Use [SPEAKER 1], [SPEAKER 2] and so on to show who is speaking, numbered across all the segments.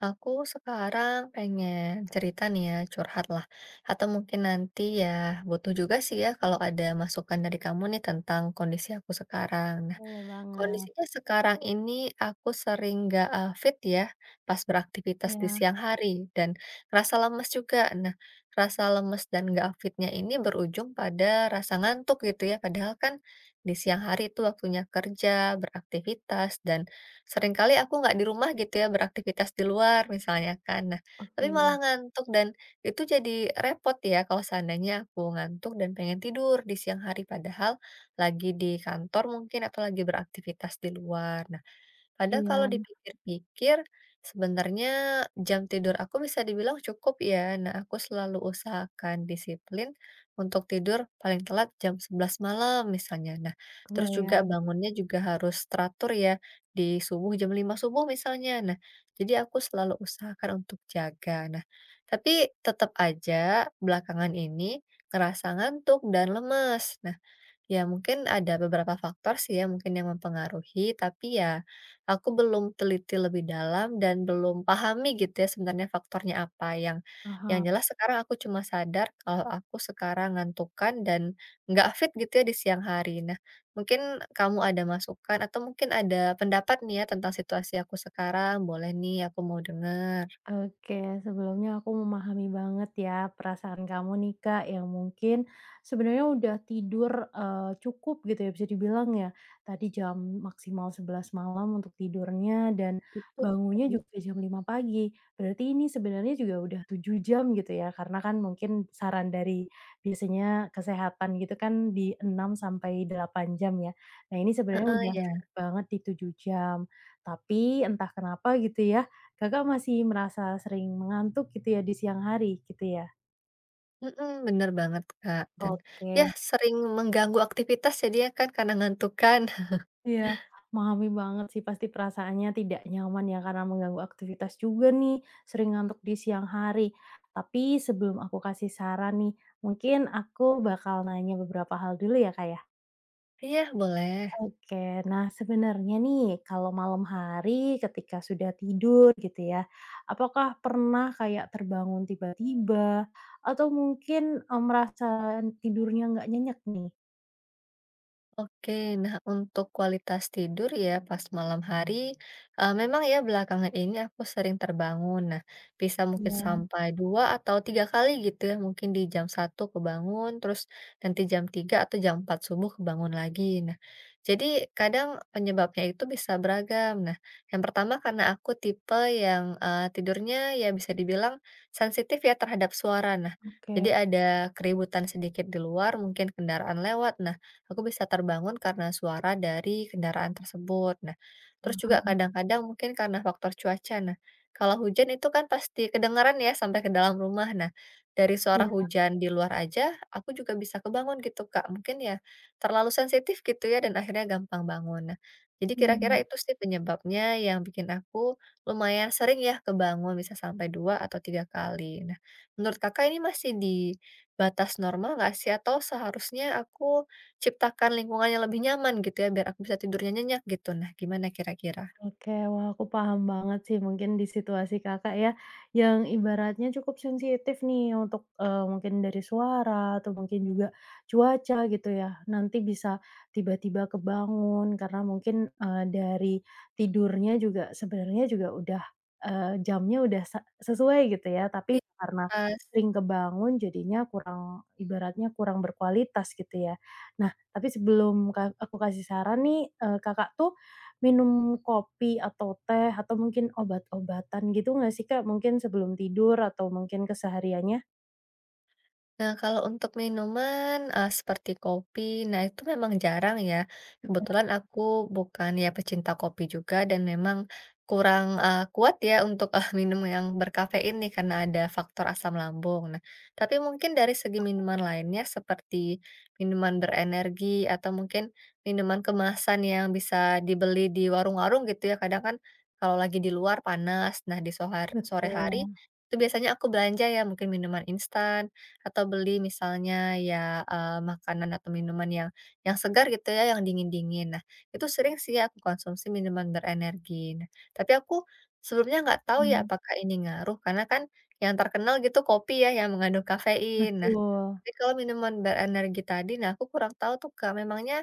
[SPEAKER 1] Aku sekarang pengen cerita nih ya, curhat lah. Atau mungkin nanti ya butuh juga sih ya kalau ada masukan dari kamu nih tentang kondisi aku sekarang.
[SPEAKER 2] Boleh banget.
[SPEAKER 1] Kondisinya sekarang ini aku sering nggak, fit ya pas beraktivitas di
[SPEAKER 2] Iya,
[SPEAKER 1] siang hari dan rasa lemes juga. Nah, rasa lemes dan nggak fitnya ini berujung pada rasa ngantuk gitu ya, padahal kan di siang hari itu waktunya kerja, beraktivitas, dan seringkali aku nggak di rumah gitu ya, beraktivitas di luar misalnya kan. Nah, tapi
[SPEAKER 2] oke.
[SPEAKER 1] malah ngantuk dan itu jadi repot ya kalau seandainya aku ngantuk dan pengen tidur di siang hari, padahal lagi di kantor mungkin atau lagi beraktivitas di luar. Nah, padahal kalau
[SPEAKER 2] Iya,
[SPEAKER 1] dipikir-pikir sebenarnya jam tidur aku bisa dibilang cukup ya. Nah, aku selalu usahakan disiplin untuk tidur paling telat jam 11 malam misalnya. Nah, terus juga
[SPEAKER 2] kebayang,
[SPEAKER 1] bangunnya juga harus teratur ya di subuh jam 5 subuh misalnya. Nah, jadi aku selalu usahakan untuk jaga. Nah, tapi tetap aja belakangan ini ngerasa ngantuk dan lemes. Nah, ya mungkin ada beberapa faktor sih ya mungkin yang mempengaruhi, tapi ya aku belum teliti lebih dalam dan belum pahami gitu ya sebenarnya faktornya apa. Yang
[SPEAKER 2] paham.
[SPEAKER 1] jelas sekarang aku cuma sadar kalau aku sekarang ngantukan dan nggak fit gitu ya di siang hari. Nah, mungkin kamu ada masukan atau mungkin ada pendapat nih ya tentang situasi aku sekarang, boleh nih aku mau dengar.
[SPEAKER 2] Oke, sebelumnya aku memahami banget ya perasaan kamu nih Kak, yang mungkin sebenarnya udah tidur, cukup gitu ya bisa dibilang ya. Tadi jam maksimal 11 malam untuk tidurnya dan
[SPEAKER 1] Betul.
[SPEAKER 2] bangunnya juga jam 5 pagi. Berarti ini sebenarnya juga udah 7 jam gitu ya, karena kan mungkin saran dari biasanya kesehatan gitu kan di 6 sampai 8 jam ya. Nah ini sebenarnya
[SPEAKER 1] Heeh,
[SPEAKER 2] udah
[SPEAKER 1] ya.
[SPEAKER 2] cukup banget di 7 jam, tapi entah kenapa gitu ya Kakak masih merasa sering mengantuk gitu ya di siang hari gitu ya?
[SPEAKER 1] Mhm, bener banget, Kak, dan, ya
[SPEAKER 2] Oke,
[SPEAKER 1] sering mengganggu aktivitas jadi ya, kan, karena ngantuk kan.
[SPEAKER 2] iya, memahami banget sih pasti perasaannya tidak nyaman ya karena mengganggu aktivitas juga nih, sering ngantuk di siang hari. Tapi sebelum aku kasih saran nih, mungkin aku bakal nanya beberapa hal dulu ya, Kak, ya?
[SPEAKER 1] Iya, boleh.
[SPEAKER 2] Oke, nah sebenarnya nih kalau malam hari ketika sudah tidur gitu ya, apakah pernah kayak terbangun tiba-tiba atau mungkin, merasa tidurnya nggak nyenyak nih?
[SPEAKER 1] Oke, nah untuk kualitas tidur ya pas malam hari, memang ya belakangan ini aku sering terbangun. Nah, bisa mungkin
[SPEAKER 2] Iya,
[SPEAKER 1] sampai 2 atau 3 kali gitu ya, mungkin di jam satu kebangun, terus nanti jam tiga atau jam empat subuh kebangun lagi. Nah, jadi kadang penyebabnya itu bisa beragam. Nah, yang pertama karena aku tipe yang, tidurnya ya bisa dibilang sensitif ya terhadap suara. Nah,
[SPEAKER 2] oke,
[SPEAKER 1] jadi ada keributan sedikit di luar, mungkin kendaraan lewat. Nah, aku bisa terbangun karena suara dari kendaraan tersebut. Nah, terus juga
[SPEAKER 2] paham.
[SPEAKER 1] kadang-kadang mungkin karena faktor cuaca. Nah, kalau hujan itu kan pasti kedengaran ya sampai ke dalam rumah. Nah, dari suara
[SPEAKER 2] Iya,
[SPEAKER 1] hujan di luar aja, aku juga bisa kebangun gitu, Kak. Mungkin ya terlalu sensitif gitu ya dan akhirnya gampang bangun. Nah, jadi kira-kira
[SPEAKER 2] mhm.
[SPEAKER 1] itu sih penyebabnya yang bikin aku lumayan sering ya kebangun bisa sampai dua atau tiga kali. Nah, menurut kakak ini masih di batas normal nggak sih? Atau seharusnya aku ciptakan lingkungan yang lebih nyaman gitu ya biar aku bisa tidurnya nyenyak gitu. Nah, gimana kira-kira?
[SPEAKER 2] Oke, wah aku paham banget sih mungkin di situasi Kakak ya, yang ibaratnya cukup sensitif nih untuk, mungkin dari suara atau mungkin juga cuaca gitu ya, nanti bisa tiba-tiba kebangun karena mungkin, dari tidurnya juga sebenarnya juga udah, jamnya udah sesuai gitu ya, tapi
[SPEAKER 1] I
[SPEAKER 2] karena
[SPEAKER 1] Pas
[SPEAKER 2] sering kebangun jadinya kurang ibaratnya kurang berkualitas gitu ya. Nah, tapi sebelum aku kasih saran nih, Kakak tuh minum kopi atau teh atau mungkin obat-obatan gitu nggak sih, Kak? Mungkin sebelum tidur atau mungkin kesehariannya?
[SPEAKER 1] Nah, kalau untuk minuman, seperti kopi, nah itu memang jarang ya.
[SPEAKER 2] Iya.
[SPEAKER 1] Kebetulan aku bukan ya pecinta kopi juga dan memang kurang, kuat ya untuk, minum yang berkafein nih karena ada faktor asam lambung. Nah, tapi mungkin dari segi minuman lainnya seperti minuman berenergi atau mungkin minuman kemasan yang bisa dibeli di warung-warung gitu ya, kadang kan kalau lagi di luar panas, nah di sohar sore hari
[SPEAKER 2] Betul,
[SPEAKER 1] itu biasanya aku belanja ya mungkin minuman instan atau beli misalnya ya, makanan atau minuman yang segar gitu ya, yang dingin-dingin. Nah, itu sering sih aku konsumsi minuman berenergi. Nah, tapi aku sebelumnya nggak tahu ya
[SPEAKER 2] mmm.
[SPEAKER 1] apakah ini ngaruh, karena kan yang terkenal gitu kopi ya yang mengandung kafein. Nah,
[SPEAKER 2] Betul.
[SPEAKER 1] tapi kalau minuman berenergi tadi, nah aku kurang tahu tuh Kak, memangnya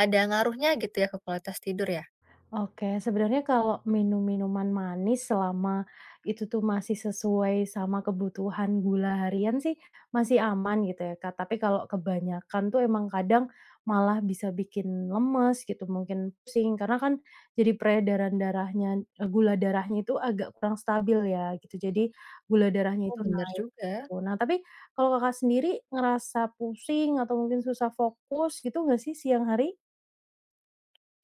[SPEAKER 1] ada ngaruhnya gitu ya ke kualitas tidur ya?
[SPEAKER 2] Oke, sebenarnya kalau minum minuman manis selama itu tuh masih sesuai sama kebutuhan gula harian sih masih aman gitu ya, Kak. Tapi kalau kebanyakan tuh emang kadang malah bisa bikin lemes gitu, mungkin pusing karena kan jadi peredaran darahnya gula darahnya itu agak kurang stabil ya gitu. Jadi gula darahnya
[SPEAKER 1] Oh,
[SPEAKER 2] itu
[SPEAKER 1] bener
[SPEAKER 2] naik
[SPEAKER 1] juga.
[SPEAKER 2] gitu. Nah, tapi kalau Kakak sendiri ngerasa pusing atau mungkin susah fokus gitu nggak sih siang hari?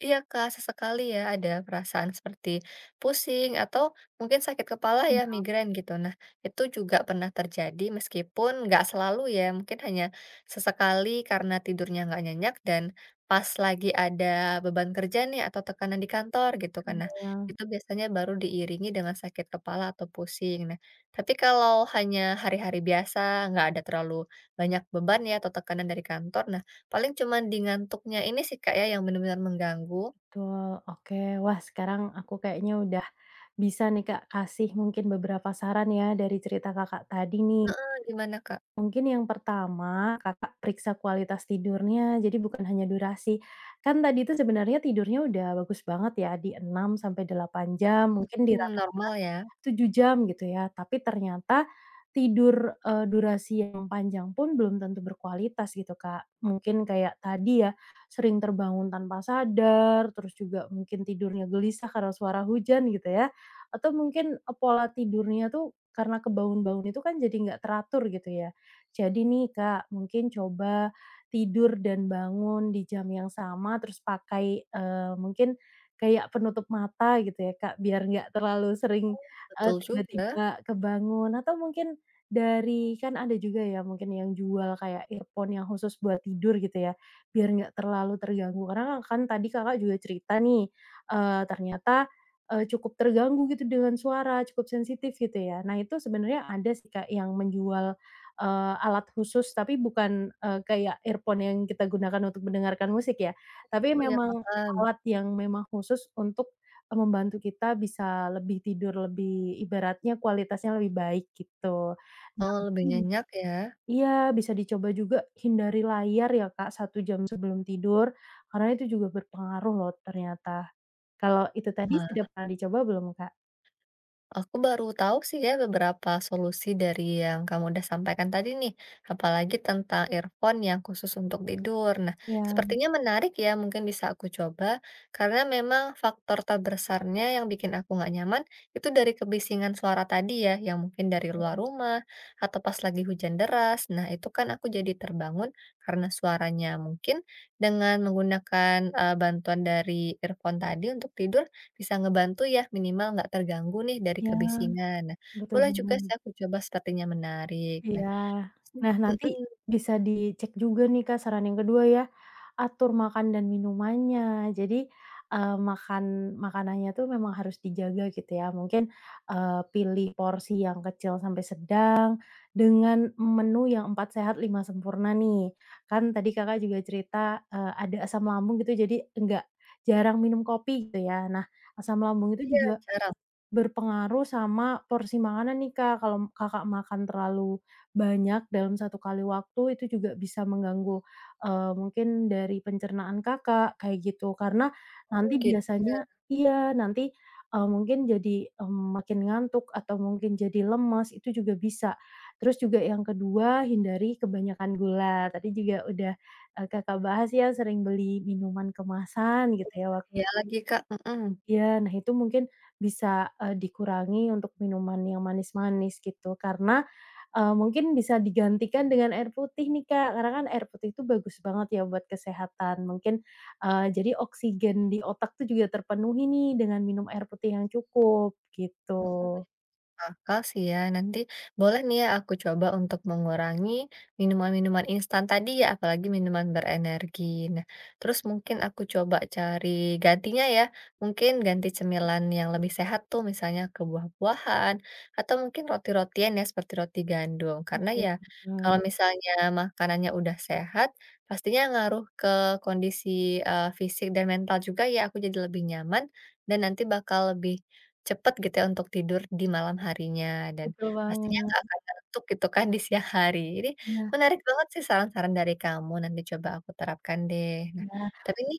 [SPEAKER 1] Iya, Kak, sesekali ya ada perasaan seperti pusing atau mungkin sakit kepala ya
[SPEAKER 2] Iya.
[SPEAKER 1] migrain gitu. Nah, itu juga pernah terjadi meskipun nggak selalu ya, mungkin hanya sesekali karena tidurnya nggak nyenyak dan pas lagi ada beban kerja nih atau tekanan di kantor gitu kan. Nah,
[SPEAKER 2] Kebayang.
[SPEAKER 1] itu biasanya baru diiringi dengan sakit kepala atau pusing. Nah, tapi kalau hanya hari-hari biasa, nggak ada terlalu banyak beban ya atau tekanan dari kantor, paling cuman di ngantuknya ini sih, Kak, ya, yang benar-benar mengganggu.
[SPEAKER 2] Betul, oke. Wah, sekarang aku kayaknya udah bisa nih, Kak, kasih mungkin beberapa saran ya dari cerita Kakak tadi nih.
[SPEAKER 1] Gimana, Kak?
[SPEAKER 2] Mungkin yang pertama, Kakak periksa kualitas tidurnya, jadi bukan hanya durasi. Kan tadi itu sebenarnya tidurnya udah bagus banget ya, di 6 sampai 8 jam, mungkin di
[SPEAKER 1] Mmm, normal ya?
[SPEAKER 2] 7 jam gitu ya, tapi ternyata tidur, durasi yang panjang pun belum tentu berkualitas gitu, Kak. Mungkin kayak tadi ya, sering terbangun tanpa sadar, terus juga mungkin tidurnya gelisah karena suara hujan gitu ya, atau mungkin, pola tidurnya tuh karena kebangun-bangun itu kan jadi nggak teratur gitu ya. Jadi nih, Kak, mungkin coba tidur dan bangun di jam yang sama, terus pakai, mungkin kayak penutup mata gitu ya, Kak, biar nggak terlalu sering
[SPEAKER 1] Betul juga.
[SPEAKER 2] tiba-tiba kebangun atau mungkin dari kan ada juga ya mungkin yang jual kayak earphone yang khusus buat tidur gitu ya, biar nggak terlalu terganggu karena kan kan tadi Kakak juga cerita nih, ternyata, cukup terganggu gitu dengan suara, cukup sensitif gitu ya. Nah itu sebenarnya ada sih Kak yang menjual, alat khusus tapi bukan, kayak earphone yang kita gunakan untuk mendengarkan musik ya, tapi
[SPEAKER 1] Oh, ya
[SPEAKER 2] memang
[SPEAKER 1] paham.
[SPEAKER 2] alat yang memang khusus untuk membantu kita bisa lebih tidur lebih ibaratnya kualitasnya lebih baik gitu. Nah
[SPEAKER 1] Oh, lebih
[SPEAKER 2] mungkin mhm.
[SPEAKER 1] nyenyak ya?
[SPEAKER 2] Iya, bisa dicoba juga hindari layar ya Kak 1 jam sebelum tidur, karena itu juga berpengaruh loh ternyata. Kalau itu tadi sudah pernah dicoba belum Kak?
[SPEAKER 1] Aku baru tahu sih ya beberapa solusi dari yang kamu udah sampaikan tadi nih, apalagi tentang earphone yang khusus untuk tidur. Nah,
[SPEAKER 2] Iya
[SPEAKER 1] sepertinya menarik ya, mungkin bisa aku coba, karena memang faktor terbesarnya yang bikin aku nggak nyaman itu dari kebisingan suara tadi ya, yang mungkin dari luar rumah atau pas lagi hujan deras. Nah, itu kan aku jadi terbangun karena suaranya mungkin dengan menggunakan bantuan dari earphone tadi untuk tidur bisa ngebantu ya, minimal nggak terganggu nih dari
[SPEAKER 2] iya.
[SPEAKER 1] kebisingan. Nah,
[SPEAKER 2] Betul
[SPEAKER 1] boleh juga sih
[SPEAKER 2] banget,
[SPEAKER 1] aku coba sepertinya menarik. Nah.
[SPEAKER 2] iya. Nah
[SPEAKER 1] Mmm.
[SPEAKER 2] nanti
[SPEAKER 1] Mhm,
[SPEAKER 2] bisa dicek juga nih Kak saran yang kedua ya. Atur makan dan minumannya. Jadi, makan makanannya tuh memang harus dijaga gitu ya. Mungkin, pilih porsi yang kecil sampai sedang dengan menu yang 4 sehat 5 sempurna nih. Kan tadi Kakak juga cerita, ada asam lambung gitu jadi enggak jarang minum kopi gitu ya. Nah, asam lambung itu
[SPEAKER 1] iya,
[SPEAKER 2] juga
[SPEAKER 1] caramu
[SPEAKER 2] berpengaruh sama porsi makanan nih, Kak. Kalau Kakak makan terlalu banyak dalam satu kali waktu, itu juga bisa mengganggu, mungkin dari pencernaan Kakak, kayak gitu. Karena nanti
[SPEAKER 1] gitu ya.
[SPEAKER 2] biasanya iya, nanti, mungkin jadi, makin ngantuk atau mungkin jadi lemes, itu juga bisa. Terus juga yang kedua, hindari kebanyakan gula. Tadi juga udah, Kakak bahas ya, sering beli minuman kemasan gitu ya.
[SPEAKER 1] Iya lagi, Kak,
[SPEAKER 2] Iya, nah itu mungkin bisa, dikurangi untuk minuman yang manis-manis gitu karena, mungkin bisa digantikan dengan air putih nih, Kak, karena kan air putih itu bagus banget ya buat kesehatan. Mungkin, jadi oksigen di otak tuh juga terpenuhi nih dengan minum air putih yang cukup,
[SPEAKER 1] mhm.
[SPEAKER 2] gitu.
[SPEAKER 1] Akal sih ya, nanti boleh nih ya aku coba untuk mengurangi minuman-minuman instan tadi ya, apalagi minuman berenergi. Nah, terus mungkin aku coba cari gantinya ya, mungkin ganti cemilan yang lebih sehat tuh misalnya ke buah-buahan, atau mungkin roti-rotian ya seperti roti gandum. Karena
[SPEAKER 2] Betul
[SPEAKER 1] ya
[SPEAKER 2] banget.
[SPEAKER 1] kalau
[SPEAKER 2] Banget.
[SPEAKER 1] misalnya makanannya udah sehat, pastinya ngaruh ke kondisi fisik dan mental juga ya, aku jadi lebih nyaman dan nanti bakal lebih cepat gitu ya untuk tidur di malam harinya dan
[SPEAKER 2] Betul
[SPEAKER 1] pastinya nggak
[SPEAKER 2] banget.
[SPEAKER 1] akan ngantuk gitu kan di siang hari. Ini
[SPEAKER 2] Nah,
[SPEAKER 1] menarik banget sih saran-saran dari kamu, nanti coba aku terapkan deh. Nah,
[SPEAKER 2] iya. Iya?
[SPEAKER 1] tapi ini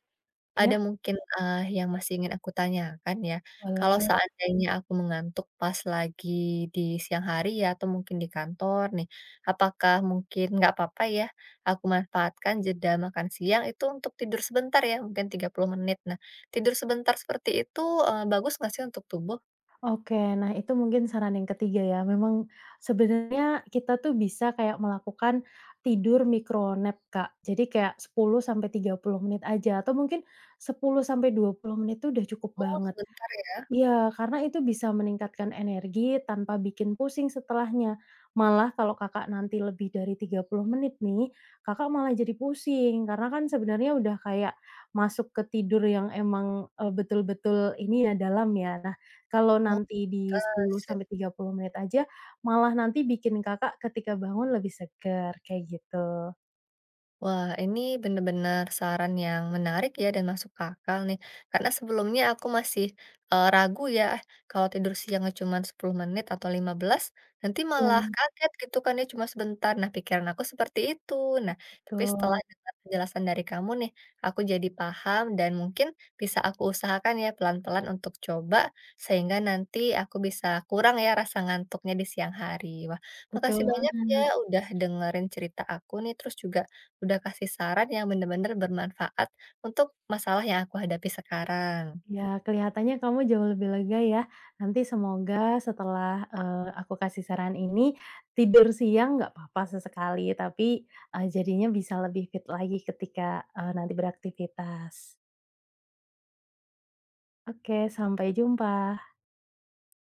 [SPEAKER 1] ada
[SPEAKER 2] Ya,
[SPEAKER 1] mungkin, yang masih ingin aku tanyakan ya. Kalau
[SPEAKER 2] boleh.
[SPEAKER 1] seandainya aku mengantuk pas lagi di siang hari ya atau mungkin di kantor nih, apakah mungkin nggak apa-apa ya aku manfaatkan jeda makan siang itu untuk tidur sebentar ya, mungkin 30 menit. Nah, tidur sebentar seperti itu, bagus nggak sih untuk tubuh?
[SPEAKER 2] Oke, nah itu mungkin saran yang ketiga ya. Memang sebenarnya kita tuh bisa kayak melakukan tidur micro nap, Kak. Jadi kayak 10 sampai 30 menit aja atau mungkin 10 sampai 20 menit itu udah cukup
[SPEAKER 1] Oh,
[SPEAKER 2] banget.
[SPEAKER 1] sebentar ya?
[SPEAKER 2] Iya, karena itu bisa meningkatkan energi tanpa bikin pusing setelahnya. Malah kalau Kakak nanti lebih dari 30 menit nih, Kakak malah jadi pusing karena kan sebenarnya udah kayak masuk ke tidur yang emang, betul-betul ini ya, dalam ya. Nah, kalau
[SPEAKER 1] Oh,
[SPEAKER 2] nanti di 10
[SPEAKER 1] pantes.
[SPEAKER 2] sampai 30 menit aja, malah nanti bikin Kakak ketika bangun lebih segar kayak gitu.
[SPEAKER 1] Wah, ini benar-benar saran yang menarik ya dan masuk akal nih. Karena sebelumnya aku masih ragu ya, "Ah, kalau tidur siang cuma 10 menit atau 15, nanti
[SPEAKER 2] Iya,
[SPEAKER 1] malah kaget gitu kan ya cuma sebentar." Nah, pikiran aku seperti itu. Nah, tapi setelah
[SPEAKER 2] betul.
[SPEAKER 1] dengar penjelasan dari kamu nih, aku jadi paham dan mungkin bisa aku usahakan ya pelan-pelan untuk coba sehingga nanti aku bisa kurang ya rasa ngantuknya di siang hari. Wah,
[SPEAKER 2] Betul
[SPEAKER 1] makasih banyak ya
[SPEAKER 2] banget.
[SPEAKER 1] udah dengerin cerita aku nih terus juga udah kasih saran yang benar-benar bermanfaat untuk masalah yang aku hadapi sekarang.
[SPEAKER 2] Ya, kelihatannya kamu jauh lebih lega ya. Nanti semoga setelah, aku kasih saran ini, tidur siang nggak papa sesekali, tapi, jadinya bisa lebih fit lagi ketika, nanti beraktivitas. Oke, sampai jumpa.